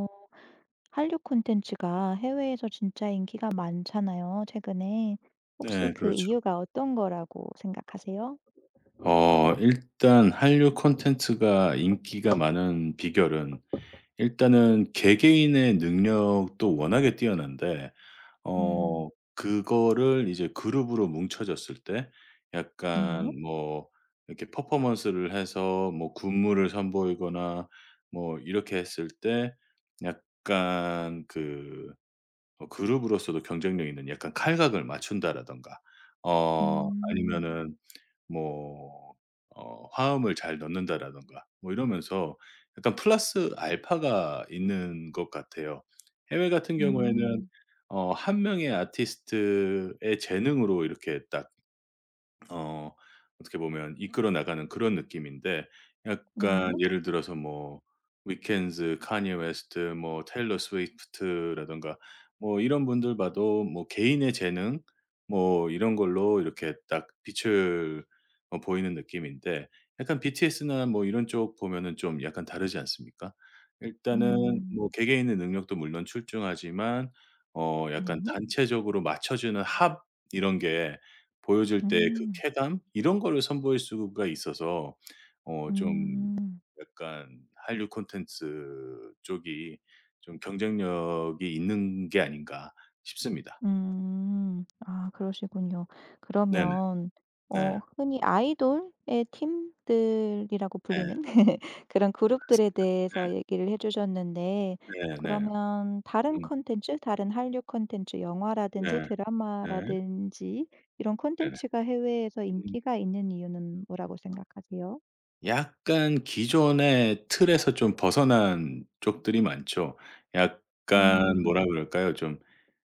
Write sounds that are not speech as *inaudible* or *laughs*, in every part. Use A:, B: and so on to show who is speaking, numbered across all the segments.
A: 어 한류 콘텐츠가 해외에서 진짜 인기가 많잖아요, 최근에. 혹시
B: 네,
A: 그
B: 그렇죠.
A: 이유가 어떤 거라고 생각하세요?
B: 일단 한류 콘텐츠가 인기가 많은 비결은, 일단은 개개인의 능력도 워낙에 뛰어난데
A: 음.
B: 어 그거를 이제 그룹으로 뭉쳐졌을 때,
A: 네.
B: 약간 뭐 이렇게 퍼포먼스를 해서 뭐 군무를 선보이거나 뭐 이렇게 했을 때, 약간 그 그룹으로서도 경쟁력 있는, 약간 '칼각을 맞춘다.'라든가
A: 음.
B: 아니면은 뭐 화음을 잘 넣는다라든가, 뭐 이러면서 약간 플러스 알파가 있는 것 같아요. 해외 같은 경우에는
A: 음.
B: 한 명의 아티스트의 재능으로 이렇게 딱 어 어떻게 보면 이끌어 나가는 그런 느낌인데, 네. 약간
A: 네.
B: 예를 들어서 뭐 위켄즈, 카니에 웨스트, 뭐 테일러 스위프트라든가 뭐 이런 분들 봐도 뭐 개인의 재능 뭐 이런 걸로 이렇게 딱 빛을 보이는 느낌인데, 약간 BTS나 뭐 이런 쪽 보면은 좀 약간 다르지 않습니까? 일단은
A: 음.
B: 뭐 개개인의 능력도 물론 출중하지만 약간
A: 네.
B: 단체적으로 맞춰주는 합, 이런 게 보여줄 때 그
A: 음.
B: 쾌감 이런 거를 선보일 수가 있어서 좀
A: 음.
B: 약간 한류 콘텐츠 쪽이 좀 경쟁력이 있는 게 아닌가 싶습니다.
A: 음. 아, 그러시군요.
B: 네네.
A: 그러면
B: 네.
A: 흔히 아이돌의 팀들이라고
B: 네.
A: 불리는 *laughs* 그런 그룹들에 대해서 얘기를 해 주셨는데,
B: 네. 네. 네.
A: 그러면 다른
B: 음.
A: 콘텐츠, 다른 한류 콘텐츠 영화라든지
B: 네. 네.
A: 드라마라든지 이런
B: 네네.
A: 콘텐츠가 해외에서
B: 음.
A: 인기가 있는 이유는 뭐라고 생각하세요?
B: 약간 기존의 틀에서 좀 벗어난 쪽들이 많죠. 약간
A: 음.
B: 뭐라 그럴까요? 좀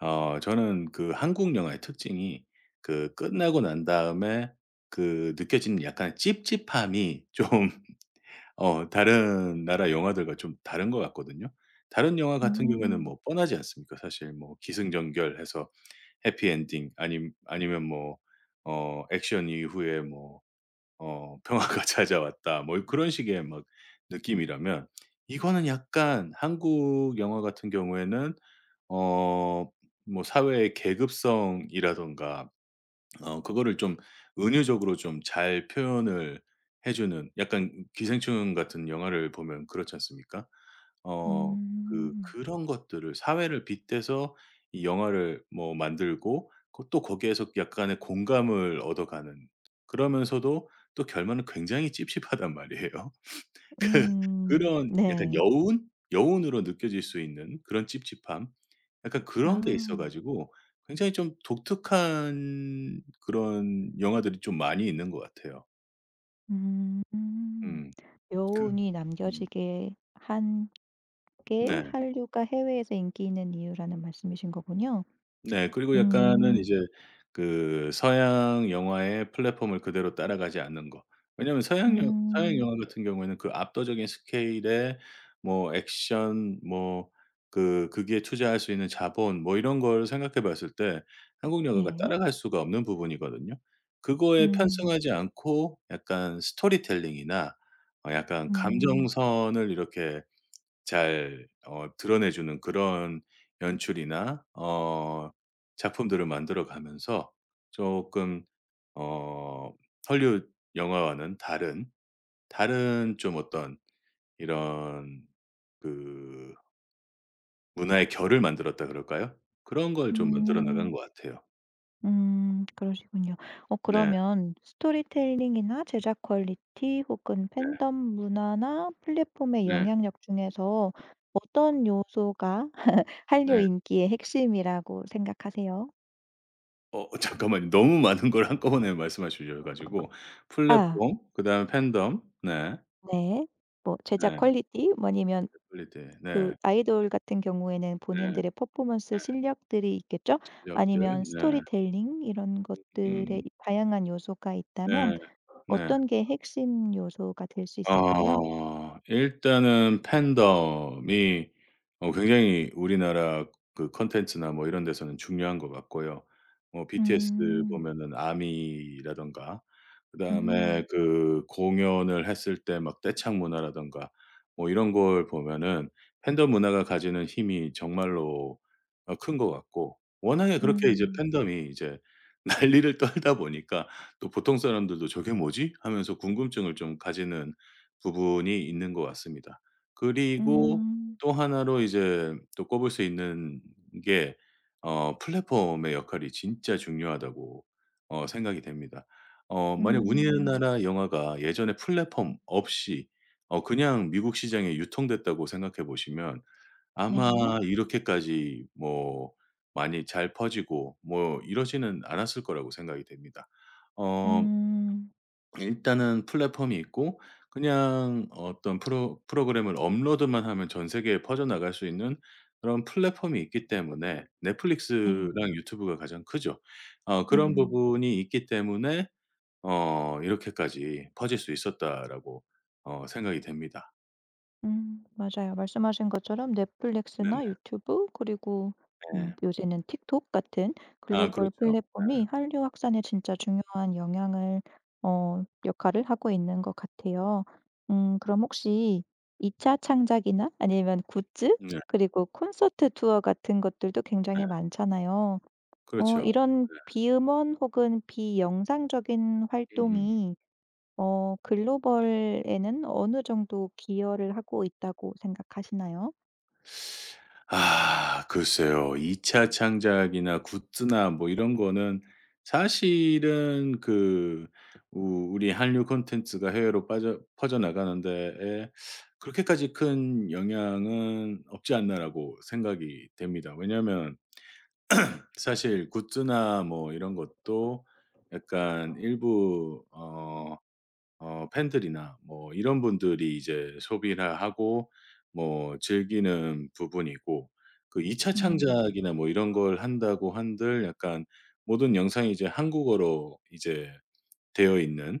B: 저는, 그 한국 영화의 특징이 그 끝나고 난 다음에 그 느껴지는 약간 찝찝함이 좀 *laughs* 다른 나라 영화들과 좀 다른 것 같거든요. 다른 영화 같은 경우에는
A: 음.
B: 뭐 뻔하지 않습니까? 사실 뭐 기승전결해서 해피엔딩, 아니 아니면 뭐 액션 이후에 뭐 '평화가 *laughs* 찾아왔다.' 뭐 그런 식의 막 느낌이라면, 이거는, 약간 한국 영화 같은 경우에는 어 뭐 사회의 계급성이라든가 그거를 좀 은유적으로 좀 잘 표현을 해 주는, 약간 기생충 같은 영화를 보면 그렇지 않습니까? 어 그
A: 음.
B: 그런 것들을, 사회를 빗대서 이 영화를 뭐 만들고, 그 또 거기에서 약간의 공감을 얻어가는, 그러면서도 또 결말은 굉장히 찝찝하단 말이에요.
A: 음.
B: 그런 약간
A: 네.
B: 여운? 여운으로 느껴질 수 있는 그런 찝찝함, 약간 그런 게 있어
A: 아.
B: 가지고 굉장히 좀 독특한 그런 영화들이 좀 많이 있는 것 같아요.
A: 음.
B: 음. 그
A: 여운이
B: 음.
A: 남겨지게 한 게
B: 네.
A: 한류가 해외에서 인기 있는 이유라는 말씀이신 거군요.
B: 네. 그리고 약간은
A: 음.
B: 이제 그 서양 영화의 플랫폼을 그대로 따라가지 않는 거. 왜냐하면 서양
A: 음.
B: 영화 같은 경우에는 그 압도적인 스케일의 뭐 액션, 뭐 그 거기에 투자할 수 있는 자본, 뭐 이런 걸 생각해 봤을 때 한국 영화가
A: 네.
B: 따라갈 수가 없는 부분이거든요. 그거에
A: 음.
B: 편승하지 않고, 약간 스토리텔링이나 약간
A: 음.
B: 감정선을 이렇게 잘 드러내 주는 그런 연출이나 작품들을 만들어 가면서, 조금 어 헐리우드 영화와는 다른, 다른 좀 어떤 이런 그 문화의 결을 만들었다 그럴까요? 그런 걸 좀 만들어 나간
A: 음.
B: 것 같아요.
A: 음. 그러시군요.
B: 네.
A: 그러면 스토리텔링이나 제작 퀄리티 혹은
B: 네.
A: 팬덤 문화나 플랫폼의
B: 네.
A: 영향력 중에서 어떤 요소가 *laughs* 한류
B: 네.
A: 인기의 핵심이라고 생각하세요?
B: *laughs* 잠깐만요. 너무 많은 걸 한꺼번에 말씀해 주셔 가지고 *laughs*
A: 아.
B: 플랫폼, 그다음에 팬덤, 네.
A: 네. 뭐 제작
B: 네.
A: 퀄리티, 뭐 아니면
B: 퀄리티.
A: 그
B: 네.
A: 아이돌 같은 경우에는
B: 네.
A: 본인들의 퍼포먼스 실력들이 있겠죠.
B: 인력들.
A: 아니면
B: 네.
A: 스토리텔링, 이런 것들의
B: 음.
A: 이 다양한 요소가 있다면
B: 네. 네.
A: 어떤 게 핵심 요소가 될 수 있을까요?
B: 일단은 팬덤이 굉장히 우리나라 그 콘텐츠나 뭐 이런 데서는 중요한 것 같고요. 뭐 BTS
A: 음.
B: 보면은 아미라든가,
A: 음.
B: 그다음에 그 공연을 했을 때 막 떼창 문화라든가, 뭐 이런 걸 보면은 팬덤 문화가 가지는 힘이 정말로 큰 것 같고, 워낙에 그렇게 이제
A: 음.
B: 팬덤이 이제 *laughs* 난리를 떨다 보니까 또 보통 사람들도 '저게 뭐지?' 하면서 궁금증을 좀 가지는 부분이 있는 것 같습니다. 음. 그리고
A: 음.
B: 또 하나로 이제 또 꼽을 수 있는 게 플랫폼의 역할이 진짜 중요하다고 생각이 됩니다. 만약
A: 음.
B: 우리나라 영화가 예전에 플랫폼 없이 그냥 미국 시장에 유통됐다고 생각해 보시면, 아마
A: 네.
B: 이렇게까지 뭐 많이 잘 퍼지고 뭐 이러지는 않았을 거라고 생각이 됩니다. 어
A: 음.
B: 일단은 플랫폼이 있고, 그냥 어떤 프로그램을 업로드만 하면 전 세계에 퍼져나갈 수 있는 그런 플랫폼이 있기 때문에,
A: 네.
B: 넷플릭스랑 유튜브가 가장 크죠. 그런
A: 음.
B: 부분이 있기 때문에 이렇게까지 퍼질 수 있었다라고 생각이 됩니다.
A: 음, 맞아요. 말씀하신 것처럼 넷플릭스나
B: 네네.
A: 유튜브, 그리고 음,
B: 네.
A: 요새는 틱톡 같은
B: 아
A: 글로벌
B: 그렇죠. 네.
A: 플랫폼이 한류 확산에 진짜 중요한 영향을 역할을 하고 있는 것 같아요. 음, 그럼 혹시 2차 창작이나 아니면 굿즈
B: 네.
A: 그리고 콘서트 투어 같은 것들도
B: 네.
A: 굉장히 많잖아요.
B: 그렇죠. 네.
A: 이런 비음원 혹은 비영상적인
B: 음음음.
A: 활동이 글로벌에는 어느 정도 기여를 하고 있다고 생각하시나요?
B: 아 글쎄요. 2차 창작이나 굿즈나 뭐 이런 거는, 사실은 그 우 우리 한류 콘텐츠가 해외로 빠져 퍼져나가는 데에 그렇게까지 큰 영향은 없지 않나라고 생각이 됩니다. 왜냐하면 사실 굿즈나 뭐 이런 것도, 약간 일부 팬들이나 뭐 이런 분들이 이제 소비나 하고 뭐 즐기는 부분이고, 그 2 차
A: 음.
B: 창작이나 뭐 이런 걸 한다고 한들, 약간 모든 영상이 이제 한국어로 이제 되어 있는,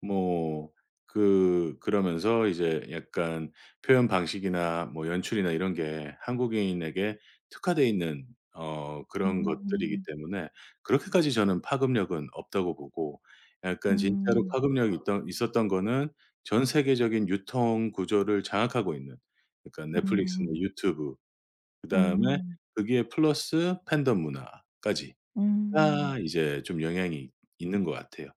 B: 뭐 그 그러면서 이제 약간 표현 방식이나 뭐 연출이나 이런 게 한국인에게 특화되어 있는 그런 것들이기
A: 음.
B: 때문에, 그렇게까지 저는 파급력은 없다고 보고, 약간 진짜로
A: 음.
B: 파급력이 있던 있었던 거는 전 세계적인 유통 구조를 장악하고 있는, 그러니까 넷플릭스나
A: 음.
B: 유튜브 그다음에
A: 음.
B: 거기에 플러스 팬덤 문화까지
A: 음.
B: 가 이제 좀 영향이 있는 것 같아요.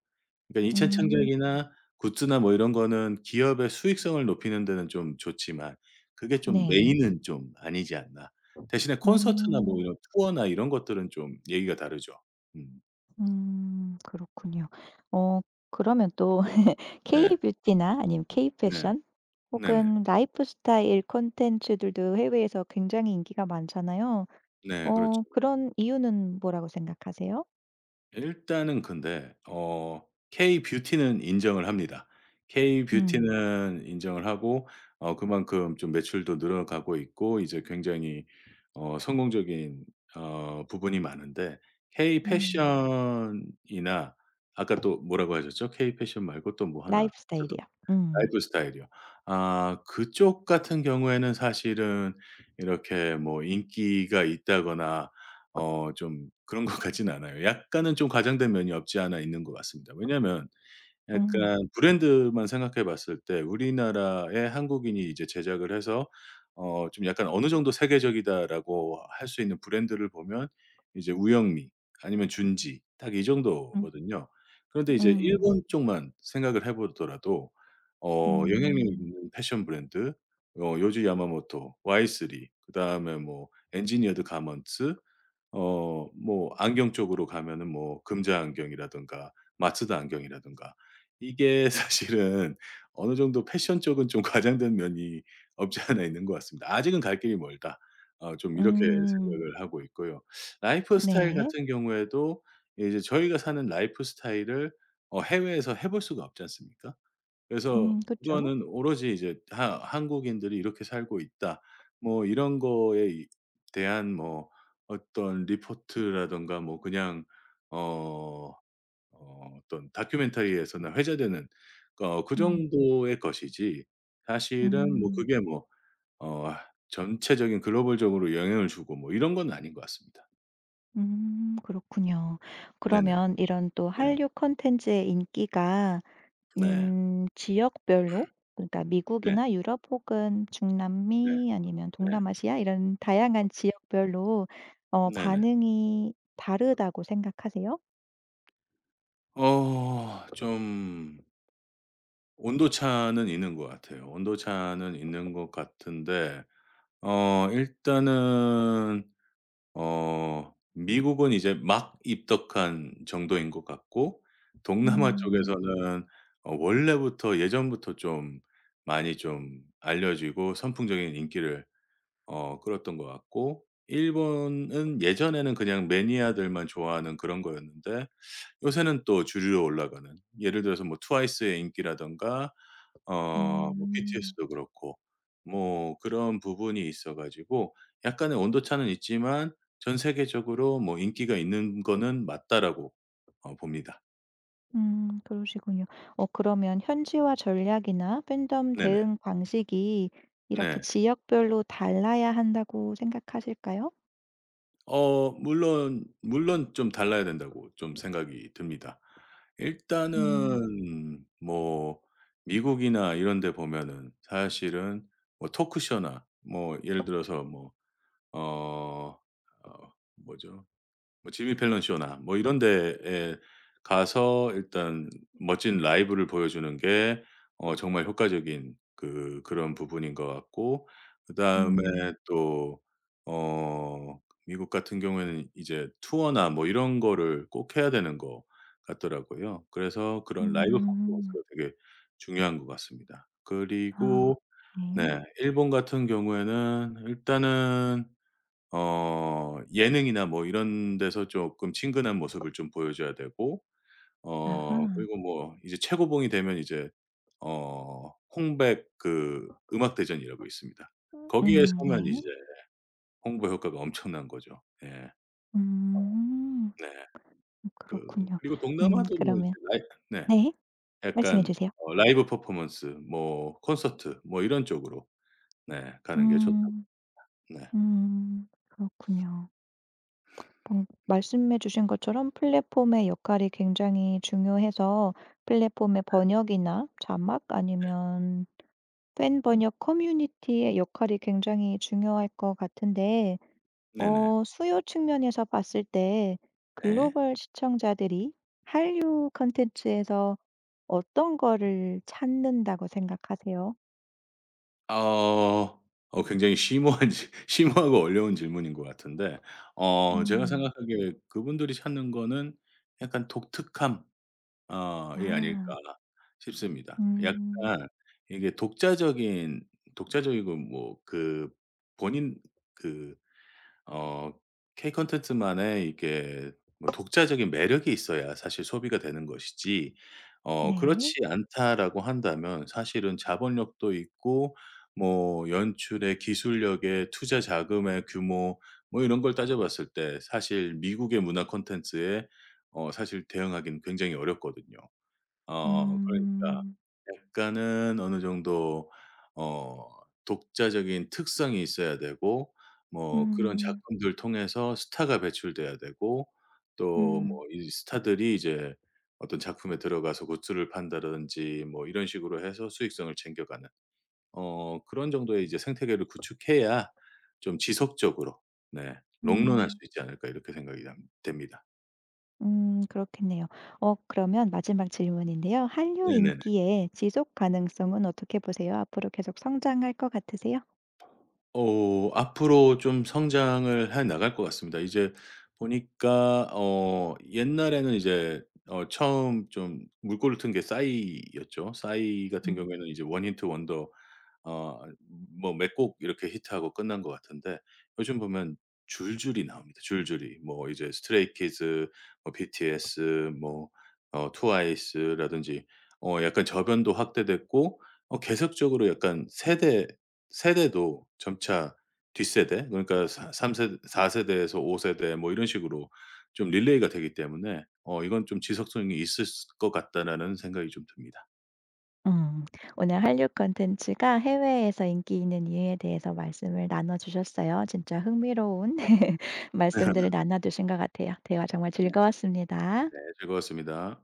B: 그러니까 이차
A: 음.
B: 창작이나 굿즈나 뭐 이런 거는 기업의 수익성을 높이는 데는 좀 좋지만, 그게 좀
A: 네.
B: 메인은 좀 아니지 않나. 대신에 콘서트나 뭐
A: 음.
B: 이런 투어나 이런 것들은 좀 얘기가 다르죠. 음.
A: 음. 그렇군요. 어 그러면 또 *laughs*
B: 네.
A: K-뷰티나 아니면
B: 네.
A: K-패션
B: 네네.
A: 혹은 라이프스타일 콘텐츠들도 해외에서 굉장히 인기가 많잖아요.
B: 네. 그렇죠.
A: 그런 이유는 뭐라고 생각하세요?
B: 일단은 근데 K 뷰티는 인정을 합니다. K
A: 음.
B: 뷰티는 인정을 하고 그만큼 좀 매출도 늘어가고 있고 이제 굉장히 성공적인 부분이 많은데, K
A: 음.
B: 패션이나 아까 또 뭐라고 하셨죠? K 패션 말고 또 뭐 하나
A: 라이프 스타일이요.
B: 있었던
A: 음.
B: 라이프 스타일이요. 아 그쪽 같은 경우에는, 사실은 이렇게 뭐 인기가 있다거나 좀 그런 것 같진 않아요. 약간은 좀 과장된 면이 없지 않아 있는 것 같습니다. 왜냐면
A: 음.
B: 약간 브랜드만 생각해 봤을 때, 우리나라의 한국인이 이제 제작을 해서 좀 약간 '어느 정도 세계적이다.'라고 할 수 있는 브랜드를 보면 이제 우영미 아니면 준지, 딱 이
A: 음.
B: 정도거든요. 그런데 이제
A: 음.
B: 일본 쪽만 생각을 해 보더라도 영향력
A: 음.
B: 있는 패션 브랜드, 요즈 야마모토, Y3, 그다음에 뭐 엔지니어드 가먼츠, 뭐 안경 쪽으로 가면은 뭐 금자 안경이라든가 마츠다 안경이라든가, 이게 *laughs* 사실은 어느 정도 패션 쪽은 좀 과장된 면이 없지 않아 있는 것 같습니다. '아직은 갈 길이 멀다.' 좀 이렇게
A: 음.
B: 생각을 하고 있고요. 라이프 스타일
A: 네.
B: 같은 경우에도, 이제 저희가 사는 라이프 스타일을 해외에서 해볼 수가 없지 않습니까? 그래서
A: 음. 그쵸.
B: 그거는 오로지 이제 하 '한국인들이 이렇게 살고 있다.' 뭐 이런 거에 이 대한 뭐 어떤 리포트라든가 뭐 그냥 어 어떤 다큐멘터리에서나 회자되는 그
A: 음.
B: 정도의 것이지, 사실은 뭐
A: 음.
B: 그게 뭐 어 전체적인 글로벌적으로 영향을 주고 뭐 이런 건 아닌 것 같습니다.
A: 음. 그렇군요.
B: 네네.
A: 그러면 이런 또
B: 네.
A: 한류 콘텐츠의 인기가
B: 네.
A: 음, 지역별로, 그러니까
B: 네.
A: 미국이나 유럽 혹은
B: 네.
A: 중남미 아니면
B: 네.
A: 동남아시아, 이런 다양한 지역별로
B: 네네.
A: 반응이 다르다고 생각하세요?
B: 어좀 온도차는 있는 것 같아요. 온도차는 있는 것 같은데, 일단은 미국은 이제 막 입덕한 정도인 것 같고, 동남아
A: 음.
B: 쪽에서는 원래부터 예전부터 좀 많이 좀 알려지고 선풍적인 인기를 끌었던 것 같고, 일본은 예전에는 그냥 매니아들만 좋아하는 그런 거였는데 요새는 또 주류로 올라가는, 예를 들어서 뭐 트와이스의 인기라든가 어뭐 t s
A: 음.
B: 도 그렇고 뭐 그런 부분이 있어 가지고, 약간의 온도차는 있지만 전 세계적으로 뭐 인기가 있는 거는 맞다라고 봅니다.
A: 그러시군요. 어, 그러면 현지화 전략이나 팬덤
B: 네네.
A: 대응 방식이 이렇게
B: 네.
A: 지역별로 달라야 한다고 생각하실까요?
B: 물론, 물론 좀 달라야 된다고 좀 생각이 듭니다.
A: 음.
B: 일단은 뭐 미국이나 이런 데 보면은 사실은 뭐 토크쇼나 뭐 예를 들어서 뭐 어 뭐죠? 뭐 지미 펠런 쇼나 뭐 이런 데에 가서 일단 멋진 라이브를 보여주는 게 정말 효과적인 그 그런 부분인 것 같고, 그다음에
A: 음.
B: 네. 또 어 미국 같은 경우에는 이제 투어나 뭐 이런 거를 꼭 해야 되는 것 같더라고요. 그래서 그런 라이브
A: 음.
B: 퍼포먼스가 되게 중요한 것 같습니다.
A: 아.
B: 그리고
A: 네.
B: 네, 일본 같은 경우에는 일단은 예능이나 뭐 이런 데서 조금 친근한 모습을 좀 보여줘야 되고
A: 아하.
B: 그리고 뭐 이제 최고봉이 되면 이제 홍백 그 음악 대전이라고 있습니다.
A: 음.
B: 거기에
A: 음.
B: 서면 이제
A: 네.
B: 홍보 효과가 엄청난 거죠. 예.
A: 음.
B: 네. 그
A: 그렇군요.
B: 그리고 동남아도 뭐 이제
A: 그러면,
B: 라이, 네.
A: 네, 말씀해
B: 약간
A: 주세요.
B: 라이브 퍼포먼스 뭐 콘서트 뭐 이런 쪽으로 네 가는 게 좋다고.
A: 음.
B: 네.
A: 그렇군요. 말씀해 주신 것처럼 플랫폼의 역할이 굉장히 중요해서 플랫폼의 번역이나 자막 아니면 팬
B: 음,
A: 번역 커뮤니티의 역할이 굉장히 중요할 것 같은데,
B: 네네.
A: 수요 측면에서 봤을 때
B: 네.
A: 글로벌 시청자들이 한류 콘텐츠에서 어떤 거를 찾는다고 생각하세요?
B: 어. 굉장히 심오한 지 *laughs* 심오하고 어려운 질문인 것 같은데, 제가
A: 음.
B: 생각하기에 그분들이 찾는 거는 약간 독특함 어이 아닐까
A: 아.
B: 싶습니다.
A: 음.
B: 약간 이게 독자적인 독자적이고 뭐 그 본인 그 어 K 컨텐츠만의 이게 뭐 독자적인 매력이 있어야 사실 소비가 되는 것이지,
A: 네.
B: 그렇지 않다라고 한다면, 사실은 자본력도 있고 뭐 연출의 기술력의 투자 자금의 규모 뭐 이런 걸 따져 봤을 때 사실 미국의 문화 콘텐츠에 사실 대응하기는 굉장히 어렵거든요. 그러니까
A: 음.
B: 약간은 어느 정도 어 독자적인 특성이 있어야 되고, 뭐 그런
A: 음.
B: 작품들 통해서 스타가 배출돼야 되고, 또
A: 음.
B: 뭐 이 스타들이 이제 어떤 작품에 들어가서 굿즈를 판다든지 뭐 이런 식으로 해서 수익성을 챙겨가는 그런 정도의 이제 생태계를 구축해야 좀 지속적으로 네 롱런할 수
A: 음.
B: 있지 않을까 이렇게 생각이 남 됩니다.
A: 음, 그렇겠네요. 그러면 마지막 질문인데요. 한류
B: 네네.
A: 인기의 지속 가능성은 어떻게 보세요? 앞으로 계속 성장할 것 같으세요?
B: 앞으로 좀 성장을 해 나갈 것 같습니다. 이제 보니까 옛날에는 이제 처음 좀 물꼬를 튼 게 싸이였죠. 싸이 같은
A: 음.
B: 경우에는 이제 원히트 원더, 어 뭐 몇 곡 이렇게 히트하고 끝난 것 같은데, 요즘 보면 줄줄이 나옵니다. 줄줄이. 뭐 이제 스트레이 키즈, 뭐 BTS, 뭐 트와이스라든지 약간 저변도 확대됐고 계속적으로 약간 세대도 점차 뒷세대, 그러니까 3세대 4 세대에서 5 세대 뭐 이런 식으로 좀 릴레이가 되기 때문에 이건 좀 지속성이 있을 것 같다라는 생각이 좀 듭니다.
A: 음. 오늘 한류 콘텐츠가 해외에서 인기 있는 이유에 대해서 말씀을 나눠 주셨어요. 진짜 흥미로운 *laughs* 말씀들을
B: *laughs*
A: 나눠 주신 것 같아요. 대화 정말
B: 네.
A: 즐거웠습니다.
B: 네. 즐거웠습니다.